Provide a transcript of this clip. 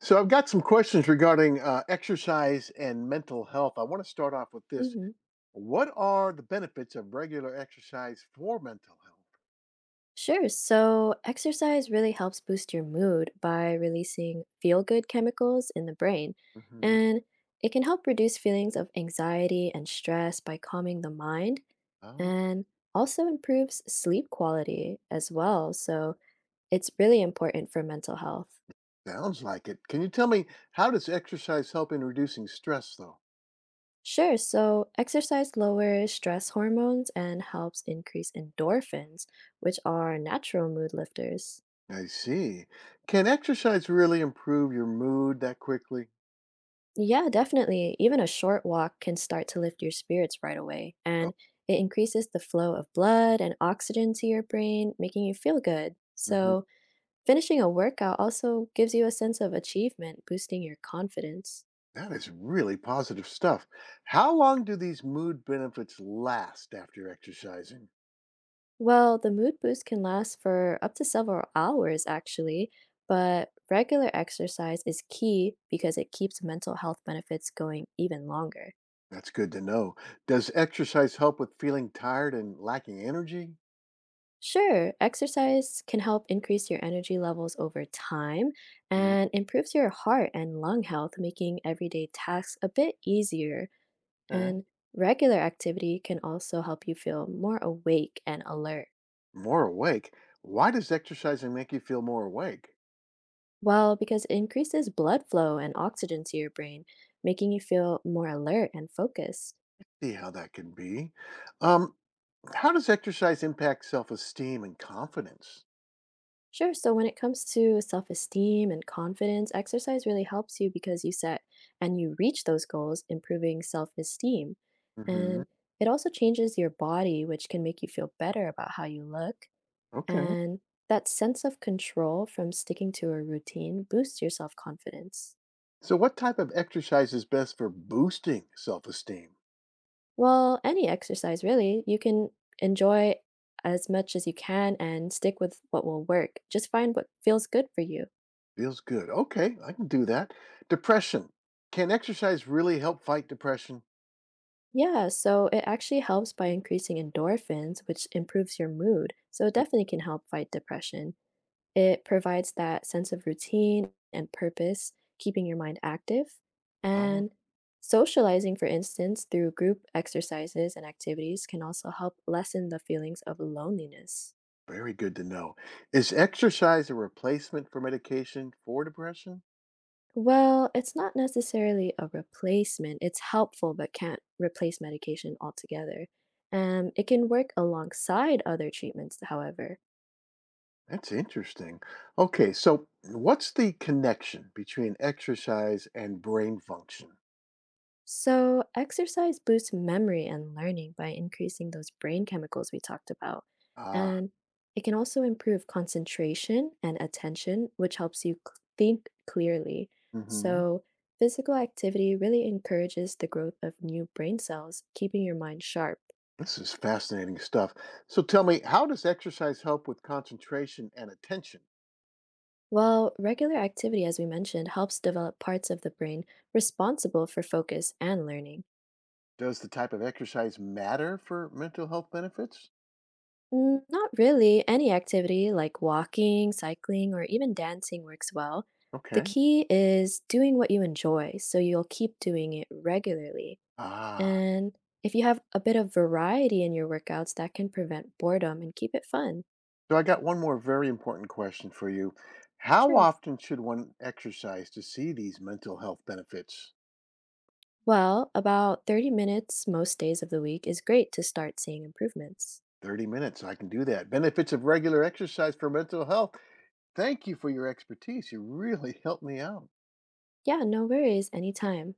So I've got some questions regarding exercise and mental health. I want to start off with this. Hmm. What are the benefits of regular exercise for mental health? Sure. So, exercise really helps boost your mood by releasing feel good chemicals in the brain. Hmm. And it can help reduce feelings of anxiety and stress by calming the mind, Oh, and also improves sleep quality as well. So, it's really important for mental health. sounds like it. Can you tell me how does exercise help in reducing stress though? Sure. So, exercise lowers stress hormones and helps increase endorphins, which are natural mood lifters. I see. Can exercise really improve your mood that quickly? Yeah, definitely. Even a short walk can start to lift your spirits right away, Oh, and it increases the flow of blood and oxygen to your brain, making you feel good. hmm, So, finishing a workout also gives you a sense of achievement, boosting your confidence. that is really positive stuff. How long do these mood benefits last after exercising? Well, the mood boost can last for up to several hours, actually, but regular exercise is key because it keeps mental health benefits going even longer. That's good to know. Does exercise help with feeling tired and lacking energy? Sure, exercise can help increase your energy levels over time Mhm. and improves your heart and lung health, making everyday tasks a bit easier. Okay. And regular activity can also help you feel more awake and alert. More awake. Why does exercising make you feel more awake? Well, because it increases blood flow and oxygen to your brain, making you feel more alert and focused. See how that can be. Um, how does exercise impact self esteem and confidence? Sure. So when it comes to self esteem and confidence, exercise really helps you because you set and you reach those goals, improving self esteem. Mhm. And it also changes your body, which can make you feel better about how you look. Okay. And that sense of control from sticking to a routine boosts your self confidence. So, what type of exercise is best for boosting self esteem? Well, any exercise really, you can enjoy as much as you can and stick with what will work. Just find what feels good for you. Feels good. Okay, I can do that. Depression. Can exercise really help fight depression? Yeah, so it actually helps by increasing endorphins, which improves your mood. So it Mhm. definitely can help fight depression. It provides that sense of routine and purpose, keeping your mind active. Oh, And socializing, for instance, through group exercises and activities can also help lessen the feelings of loneliness. very good to know. Is exercise a replacement for medication for depression? Well, it's not necessarily a replacement. It's helpful, but can't replace medication altogether. It can work alongside other treatments, however. That's interesting. Okay, so what's the connection between exercise and brain function? So, exercise boosts memory and learning by increasing those brain chemicals we talked about. Ah, And it can also improve concentration and attention, which helps you think clearly. hmm, So, physical activity really encourages the growth of new brain cells, keeping your mind sharp. this is fascinating stuff. So tell me, how does exercise help with concentration and attention? While regular activity, as we mentioned, helps develop parts of the brain responsible for focus and learning. Does the type of exercise matter for mental health benefits? Not really. Any activity like walking, cycling, or even dancing works well. The Okay. key is doing what you enjoy, so you'll keep doing it regularly. Ah, And if you have a bit of variety in your workouts, that can prevent boredom and keep it fun. so I got one more very important question for you. How Sure. often should one exercise to see these mental health benefits? Well, about 30 minutes most days of the week is great to start seeing improvements. 30 minutes, I can do that. Benefits of regular exercise for mental health. Thank you for your expertise. You really helped me out. Yeah, no worries, anytime.